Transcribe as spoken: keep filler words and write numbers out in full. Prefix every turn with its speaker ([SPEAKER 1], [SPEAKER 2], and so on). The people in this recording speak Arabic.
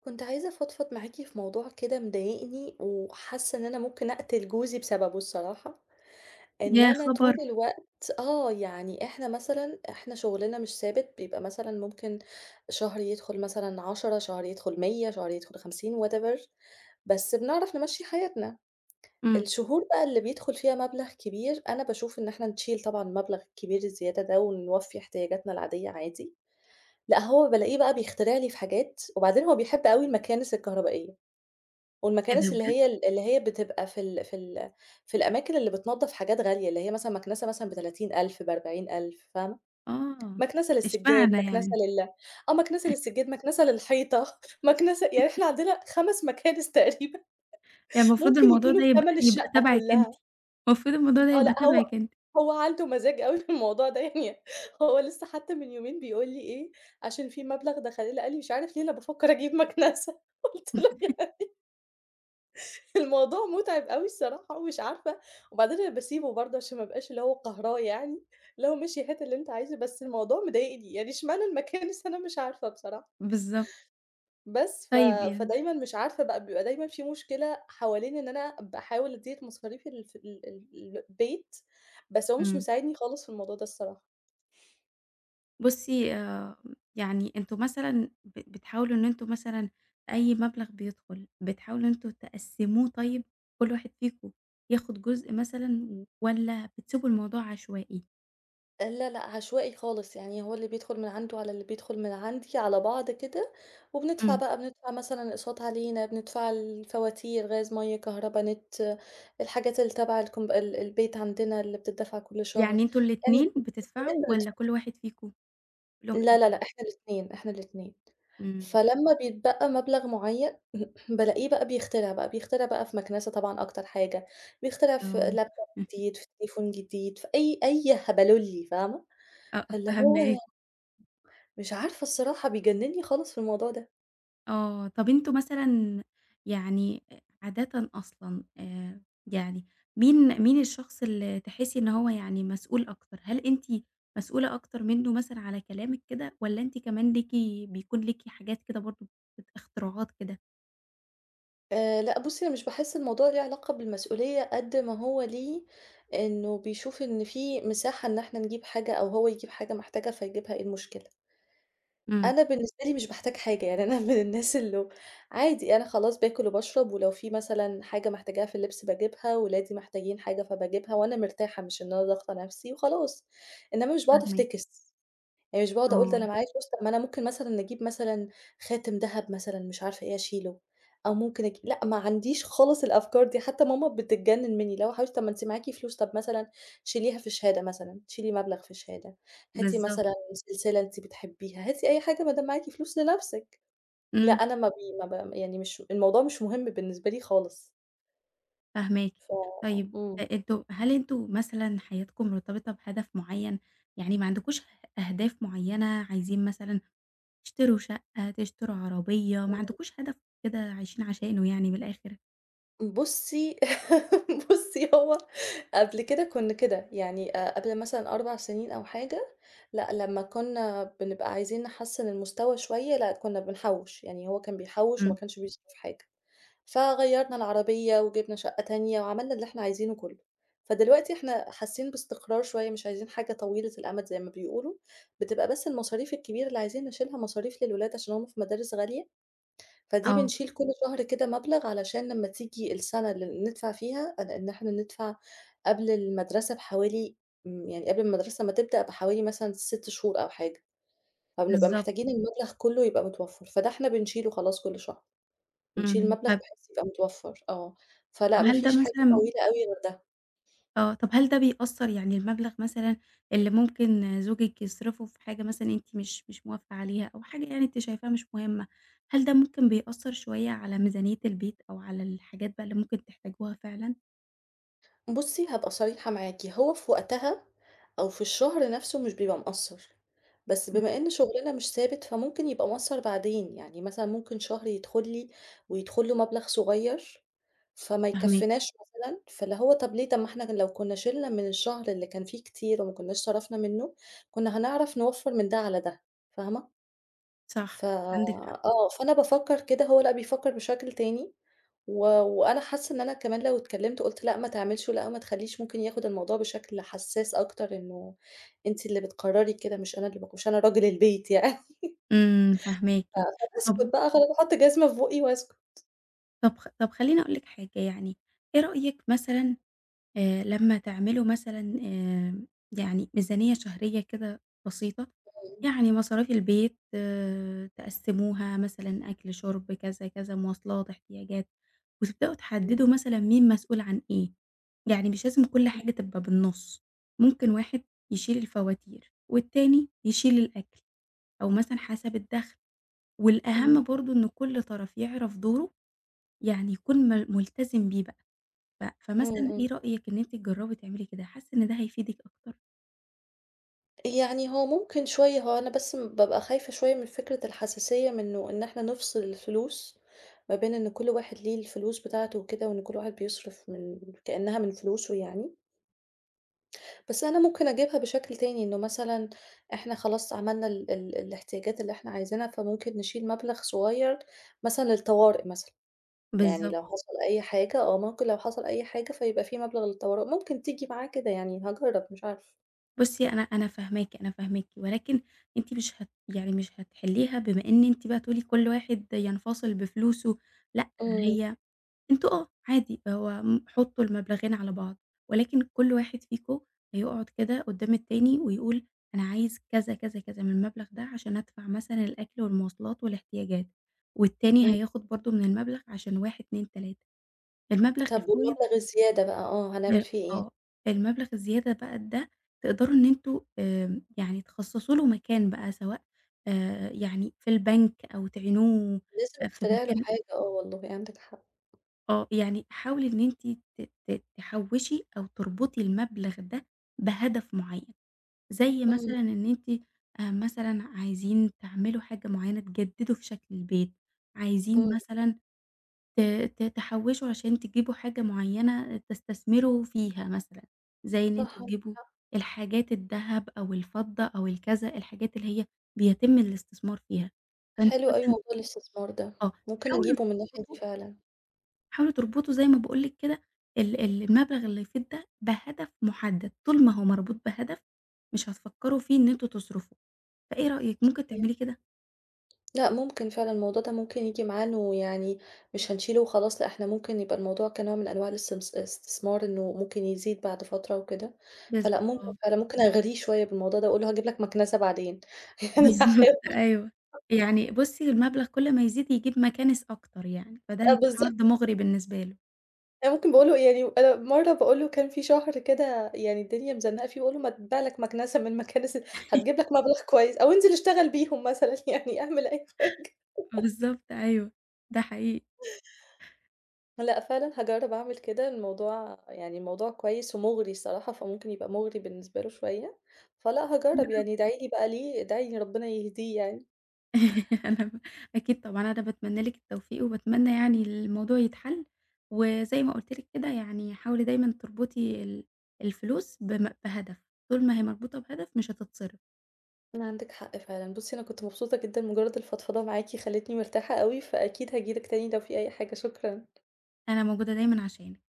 [SPEAKER 1] كنت عايزة أفضفض معاكِ في موضوع كده مضايقني، وحاسة إن أنا ممكن أقتل جوزي بسببه الصراحة، إن
[SPEAKER 2] يا
[SPEAKER 1] أنا
[SPEAKER 2] خبر!
[SPEAKER 1] طول الوقت آه، يعني إحنا مثلًا إحنا شغلنا مش ثابت، بيبقى مثلًا ممكن شهر يدخل مثلًا عشرة، شهر يدخل مية، شهر يدخل خمسين whatever، بس بنعرف نمشّي حياتنا.
[SPEAKER 2] إمم.
[SPEAKER 1] الشهور بقى اللي بيدخل فيها مبلغ كبير، أنا باشوف إن إحنا نشيل طبعًا المبلغ الكبير الزيادة ده، ونوفّي احتياجاتنا العادية عادي، لأ هو بالاقيه بقى بيخترع لي في حاجات، وبعدين هو بيحب أوي المكانس الكهربائية.
[SPEAKER 2] إيه ده
[SPEAKER 1] والمكانس اللي
[SPEAKER 2] بجد!
[SPEAKER 1] هي ال اللي هي بتبقى في ال في ال في الأماكن اللي بتنضّف حاجات غالية، اللي هي مثلًا مكنسة مثلًا بتلاتين ألف بأربعين ألف فاهمة،
[SPEAKER 2] آه.
[SPEAKER 1] مكنسة للسجاد،
[SPEAKER 2] إشمعنى
[SPEAKER 1] مكنسة
[SPEAKER 2] يعني؟
[SPEAKER 1] لل آه، مكنسة للسجاد، مكنسة للحيطة، مكنسة يعني إحنا عندنا خمس مكانس تقريبًا
[SPEAKER 2] يعني المفروض
[SPEAKER 1] ممكن
[SPEAKER 2] الموضوع
[SPEAKER 1] يكونوا
[SPEAKER 2] ده يبقى
[SPEAKER 1] بتمن
[SPEAKER 2] يبقى
[SPEAKER 1] الشقة
[SPEAKER 2] تبعِك أنتِ.
[SPEAKER 1] كلّها.
[SPEAKER 2] المفروض الموضوع ده
[SPEAKER 1] آه،
[SPEAKER 2] يبقى
[SPEAKER 1] لأ هو
[SPEAKER 2] تبعِك أنتِ.
[SPEAKER 1] هو عنده مزاج أوي في الموضوع ده يعني هو لسه حتى من يومين بيقول لي إيه، عشان في مبلغ دخل لي قال لي: "مش عارف ليه أنا بافكّر أجيب مكنسة." قُلت له الموضوع مُتعب أوي الصراحة ومش عارفة، وبعدين أنا باسيبه برضه عشان ما ابقاش اللي هو قاهراه يعني، اللي هو ماشي هات اللي أنت عايزه، بس الموضوع مضايقني، يعني اشمعنى المكانس أنا مش عارفة بصراحة.
[SPEAKER 2] بالضبط.
[SPEAKER 1] بس ف
[SPEAKER 2] طيب يعني.
[SPEAKER 1] فدايمًا مش عارفة بقى بيبقى دايمًا في مشكلة حوالين إن أنا باحاول أزيد مصاريف ال ف ال ال البيت، بس هو مش
[SPEAKER 2] إمم.
[SPEAKER 1] مساعدني خالص في الموضوع ده الصراحة.
[SPEAKER 2] بُصّي، آمم، يعني أنتم مثلًا ب بتحاولوا إن أنتم مثلًا أي مبلغ بيدخل، بتحاولوا إن أنتم تقسّموه. طيب، كل واحد فيكم ياخُد جزء مثلًا والّا بتسيبوا الموضوع عشوائي؟
[SPEAKER 1] لا، لأ، عشوائي خالص، يعني هو اللي بيدخل من عنده على اللي بيدخل من عندي على بعض كده، وبندفع
[SPEAKER 2] إمم.
[SPEAKER 1] بقى بندفع مثلًا أقساط علينا، بندفع الفواتير، غاز، مَيّة، كهربا، نت، الحاجات اللي تبع الكومب ال البيت عندنا اللي بتدفع كل شهر،
[SPEAKER 2] يعني أنتم
[SPEAKER 1] يعني
[SPEAKER 2] الاتنين
[SPEAKER 1] أساسيات
[SPEAKER 2] بتدفعوا والّا كل
[SPEAKER 1] بندفعها
[SPEAKER 2] واحد فيكم له
[SPEAKER 1] لا، لا،
[SPEAKER 2] حاجة؟
[SPEAKER 1] لأ، إحنا الاتنين، إحنا الاتنين.
[SPEAKER 2] إمم.
[SPEAKER 1] فلمّا بيتبقى مبلغ معين بالاقيه بقى بيخترع بقى، بيخترع بقى في مكنسة طبعًا أكتر حاجة، بيخترع في لابتوب
[SPEAKER 2] آه.
[SPEAKER 1] جديد، في تليفون جديد، في أي أي هبلولي فاهمة؟
[SPEAKER 2] آه،
[SPEAKER 1] فاللي هو
[SPEAKER 2] فاهماك.
[SPEAKER 1] مش عارفة الصراحة بيجننّي خالص في الموضوع ده.
[SPEAKER 2] آه، طَب أنتم مثلًا يعني أ عادةً أصلًا، آآ، يعني مين مين الشخص اللي تحسّي إن هو يعني مسؤول أكتر؟ هل أنتِ مسؤولة أكتر منّه مثلًا على كلامِك كده، والّا أنتِ كمان ليكِ، بيكون ليكِ حاجات كده برضه، بت اختراعات كده؟
[SPEAKER 1] آآ لأ بُصّي، أنا مش باحس الموضوع ليه علاقة بالمسؤولية قد ما هو ليه إنه بيشوف إن في مساحة إن إحنا نجيب حاجة أو هو يجيب حاجة محتاجها فيجيبها، إيه المشكلة؟
[SPEAKER 2] إمم،
[SPEAKER 1] أنا بالنسبة لي مش باحتاج حاجة، يعني أنا من الناس اللي عادي أنا خلاص باكل وباشرب ولو في مثلًا حاجة محتاجاها في اللبس باجيبها، ولادي محتاجين حاجة فباجيبها وأنا مرتاحة مش إن أنا ضاغطة نَفْسي وخلاص. إنّما مش باقعد
[SPEAKER 2] فاهماكِ.
[SPEAKER 1] أفتكس. يعني مش باقعد أقول ده
[SPEAKER 2] آه،
[SPEAKER 1] أنا معايا فلوس، طب ما أنا ممكن مثلًا أجيب مثلًا خاتم دهب مثلًا مش عارفة إيه أشيله، أو ممكن أجي لأ ما عنديش خالص الأفكار دي، حتى ماما بتتجنن منّي، اللي هو حبيبتي طب ما أنتِ معاكِ فلوس، طب مثلًا شيليها في شهادة مثلًا، شيلي مبلغ في شهادة، هاتي
[SPEAKER 2] بالضبط.
[SPEAKER 1] مثلًا سلسلة أنتِ بتحبيها، هاتي أي حاجة ما دام معاكِ فلوس لنفسِك، لأ
[SPEAKER 2] إمم،
[SPEAKER 1] أنا ما بي ما ب يعني مش الموضوع مش مهم بالنسبة لي خالص.
[SPEAKER 2] فاهماكِ.
[SPEAKER 1] ف
[SPEAKER 2] طيب،
[SPEAKER 1] إمم.
[SPEAKER 2] أ أنتم هل أنتم مثلًا حياتكم مرتبطة بهدف معيّن؟ يعني ما عندكوش أهداف معيّنة، عايزين مثلًا تشتروا شقة، تشتروا عربية؟ ما عندكوش هدف كده عايشين عشانه يعني من الآخر.
[SPEAKER 1] بُصّي، بُصّي هو قبل كده كُنّا كده، يعني آآ قبل مثلًا أربع سنين أو حاجة، لأ لمّا كُنّا بنبقى عايزين نحسّن المستوى شوية، لأ كُنّا بنحوّش، يعني هو كان بيحوّش وما
[SPEAKER 2] إمم،
[SPEAKER 1] كانش بيصرف حاجة، فغيّرنا العربية وجِبنا شقة تانية وعملنا اللي إحنا عايزينه كُلّه، فدلوقتي إحنا حاسين باستقرار شوية، مش عايزين حاجة طويلة الأمد زي ما بيقولوا، بتبقى بس المصاريف الكبيرة اللي عايزين نشيلها مصاريف للولاد عشان هُم في مدارس غالية، فدي
[SPEAKER 2] آه،
[SPEAKER 1] بنشيل كل شهر كده مبلغ علشان لمّا تيجي السنة اللي ندفع فيها أنا إن إحنا ندفع قبل المدرسة بحوالي امم، يعني قبل المدرسة ما تبدأ بحوالي مثلًا ست شهور أو حاجة، فبنبقى
[SPEAKER 2] بالضبط.
[SPEAKER 1] محتاجين المبلغ كله يبقى متوفّر، فده إحنا بنشيله خلاص كل شهر، بنشيل
[SPEAKER 2] إمم.
[SPEAKER 1] مبلغ
[SPEAKER 2] طب
[SPEAKER 1] بحيث يبقى متوفّر، آه،
[SPEAKER 2] طب
[SPEAKER 1] فلأ ما
[SPEAKER 2] هل ده
[SPEAKER 1] فيش حاجة
[SPEAKER 2] مثلًا،
[SPEAKER 1] طويلة أوي غير ده.
[SPEAKER 2] آه، طب هل ده بيأثّر يعني؟ المبلغ مثلًا اللي ممكن زوجِك يصرفه في حاجة مثلًا أنتِ مش مش موافقة عليها، أو حاجة يعني أنتِ شايفاها مش مهمة، هل ده ممكن بيأثّر شوية على ميزانية البيت أو على الحاجات بقى اللي ممكن تحتاجوها فعلًا؟
[SPEAKER 1] بُصّي، هابقى صريحة معاكِ، هو في وقتها أو في الشهر نَفْسه مش بيبقى مأثّر، بس
[SPEAKER 2] إمم،
[SPEAKER 1] بما إن شُغلنا مش ثابت فممكن يبقى مأثّر بعدين، يعني مثلًا ممكن شهر يدخُل لي ويدخُل له مبلغ صغير فما
[SPEAKER 2] فاهماكِ.
[SPEAKER 1] يكفّيناش مثلًا، فاللي هو طَب ليه، طَب ما إحنا لو كُنّا شِلنا من الشهر اللي كان فيه كتير وما كُنّاش صرفنا منّه، كُنّا هنعرف نوفّر من ده على ده، فاهمة؟
[SPEAKER 2] صح،
[SPEAKER 1] ف
[SPEAKER 2] عندِك حق.
[SPEAKER 1] آه، فأنا بافكّر كده، هو لأ بيفكّر بشكل تاني، و وأنا حاسّة إن أنا كمان لو اتكلّمت وقُلت لأ ما تعملش ولأ ما تخلّيش، ممكن ياخُد الموضوع بشكل حسّاس أكتر إنه أنتِ اللي بتقرّري كده مش أنا اللي باق مش أنا راجل البيت يعني،
[SPEAKER 2] إمم، فاهماكِ.
[SPEAKER 1] ف
[SPEAKER 2] طب
[SPEAKER 1] فباسكُت بقى خلاص باحُط جزمة في بُقّي وأسكُت.
[SPEAKER 2] طب خ طب خلّيني أقول لِك حاجة يعني. إيه رأيِك مثلًا، آآ لمّا تعملوا مثلًا، آآ يعني ميزانية شهرية كده بسيطة؟
[SPEAKER 1] إمم،
[SPEAKER 2] يعني مصاريف البيت، آه، تقسّموها مثلًا أكل، شُرب، كذا، كذا، مواصلات، احتياجات، وتبدأوا تحدّدوا مثلًا مين مسؤول عن إيه. يعني مش لازم كل
[SPEAKER 1] إمم،
[SPEAKER 2] حاجة تبقى بالنُص، ممكن واحد يشيل الفواتير والتاني يشيل الأكل، أو مثلًا حسب الدخل.
[SPEAKER 1] إمم،
[SPEAKER 2] والأهم برضه إن كل طرف يعرف دوره، يعني يكون مل ملتزم بيه بقى. ف
[SPEAKER 1] إمم،
[SPEAKER 2] فمثلًا
[SPEAKER 1] إمم،
[SPEAKER 2] إيه رأيِك إن أنتِ تجرّبي تعملي كده؟ حاسة إن ده هيفيدِك أكتر؟
[SPEAKER 1] يعني هو ممكن شوية هو أنا بس م بابقى خايفة شوية من فكرة الحساسية منه، إن إحنا نفصل الفلوس ما بين إن كل واحد ليه الفلوس بتاعته وكده، وإن كل واحد بيصرف من كأنها من فلوسه يعني، بس أنا ممكن أجيبها بشكل تاني، إنه مثلًا إحنا خلاص عملنا ال ال الاحتياجات اللي إحنا عايزينها، فممكن نشيل مبلغ صغير مثلًا للطوارئ مثلًا، يعني
[SPEAKER 2] بالضبط.
[SPEAKER 1] لو حصل أي حاجة آه، ممكن لو حصل أي حاجة فيبقى في مبلغ للطوارئ، ممكن تيجي معاه كده يعني هاجرب مش عارفة.
[SPEAKER 2] بُصّي، أنا أنا فاهماكِ، أنا فاهماكِ، ولكن أنتِ مش هت يعني مش هتحلّيها بما إن أنتِ بقى تقولي كل واحد ينفصل بفلوسه. لأ،
[SPEAKER 1] إمم،
[SPEAKER 2] هي أنتم، آه، عادي، هو م حطّوا المبلغين على بعض، ولكن كل واحد فيكم هيقعد كده قدّام التاني ويقول أنا عايز كذا، كذا، كذا من المبلغ ده، عشان أدفع مثلًا الأكل والمواصلات والاحتياجات، والتاني
[SPEAKER 1] إمم.
[SPEAKER 2] هياخد برضه من المبلغ عشان واحد، اتنين، تلاتة. المبلغ
[SPEAKER 1] طَب
[SPEAKER 2] الفايض،
[SPEAKER 1] والمبلغ الزيادة بقى آه، هنعمل
[SPEAKER 2] ل
[SPEAKER 1] فيه إيه؟
[SPEAKER 2] آه، المبلغ الزيادة بقى ده، تقدروا إن أنتم، آمم، يعني تخصصوا له مكان بقى، سواء، آآ، يعني في البنك أو تعينوه،
[SPEAKER 1] لازم
[SPEAKER 2] آآ، في
[SPEAKER 1] أخترع له
[SPEAKER 2] مكان،
[SPEAKER 1] حاجة آه والله يعني عندِك حق.
[SPEAKER 2] آه. يعني حاولي إن أنتِ ت ت تحوّشي أو تربطي المبلغ ده بهدف معيّن، زي
[SPEAKER 1] إمم،
[SPEAKER 2] مثلًا إن أنتِ، آآ، مثلًا عايزين تعملوا حاجة معيّنة، تجددوا في شكل البيت، عايزين
[SPEAKER 1] إمم،
[SPEAKER 2] مثلًا ت ت تحوّشوا عشان تجيبوا حاجة معيّنة تستثمروا فيها مثلًا، زي إن
[SPEAKER 1] صح
[SPEAKER 2] أنتم
[SPEAKER 1] عندِك
[SPEAKER 2] تجيبوا
[SPEAKER 1] حق.
[SPEAKER 2] الحاجات الدهب أو الفضة أو الكذا، الحاجات اللي هي بيتم الاستثمار فيها. فأنتم
[SPEAKER 1] حلو أوي
[SPEAKER 2] مثلًا،
[SPEAKER 1] موضوع الاستثمار ده،
[SPEAKER 2] آه،
[SPEAKER 1] ممكن
[SPEAKER 2] حاولوا
[SPEAKER 1] أجيبه من الناحية
[SPEAKER 2] تربطوا
[SPEAKER 1] دي فعلًا.
[SPEAKER 2] حاولوا تربطوا زي ما باقول لِك كده ال ال المبلغ اللي يفيض ده بهدف محدد. طول ما هو مربوط بهدف مش هتفكّروا فيه إن أنتم تصرفوا، فإيه رأيِك ممكن
[SPEAKER 1] صحيح.
[SPEAKER 2] تعملي كده؟
[SPEAKER 1] لأ ممكن فعلًا الموضوع ده ممكن ييجي معانا ويعني مش هنشيله وخلاص، لأ إحنا ممكن يبقى الموضوع كنوع من أنواع الاستمس الاستثمار إنه ممكن يزيد بعد فترة وكده، فلأ ممكن
[SPEAKER 2] بالضبط.
[SPEAKER 1] فعلًا ممكن أغريه شوية بالموضوع ده وأقول له هاجيب لك مكنسة بعدين يعني
[SPEAKER 2] بالضبط
[SPEAKER 1] هاحاول
[SPEAKER 2] أيوه. يعني بُصّي، المبلغ كل ما يزيد يجيب مكانس أكتر يعني، فده
[SPEAKER 1] آه
[SPEAKER 2] هيكون
[SPEAKER 1] بالضبط.
[SPEAKER 2] عرض مُغري بالنسبة له.
[SPEAKER 1] أنا ممكن باقول له يعني أنا مرّة باقول له كان في شهر كده يعني الدنيا مزنّقة فيه، باقول له: "ما تبيع لك مكنسة من المكانس ال هتجيب لك مبلغ كويس أو انزل اشتغل بيهم مثلًا يعني اعمل أي حاجة."
[SPEAKER 2] بالضبط أيوه، ده حقيقي.
[SPEAKER 1] لأ، فعلًا هاجرّب أعمل كده، الموضوع يعني الموضوع كويس ومُغري الصراحة، فممكن يبقى مُغري بالنسبة له شوية، فلأ هاجرّب يعني ادعي لي بقى ليه، ادعي لي ربنا يهديه يعني.
[SPEAKER 2] جرّبي. أنا ب أكيد طبعًا، أنا باتمنى لِك التوفيق، وباتمنى يعني الموضوع يتحل، وزي ما قُلت لِك كده يعني حاولي دايمًا تربطي ال الفلوس بم بهدف. طول ما هي مربوطة بهدف مش هتتصرف.
[SPEAKER 1] عندِك حق فعلًا، بُصّي أنا كنت مبسوطة جدًا، مجرد الفضفضة معاكِ خلّتني مرتاحة أوي، فأكيد هاجي لِك تاني لو في أي حاجة، شكرًا.
[SPEAKER 2] أنا موجودة دايمًا عشانِك.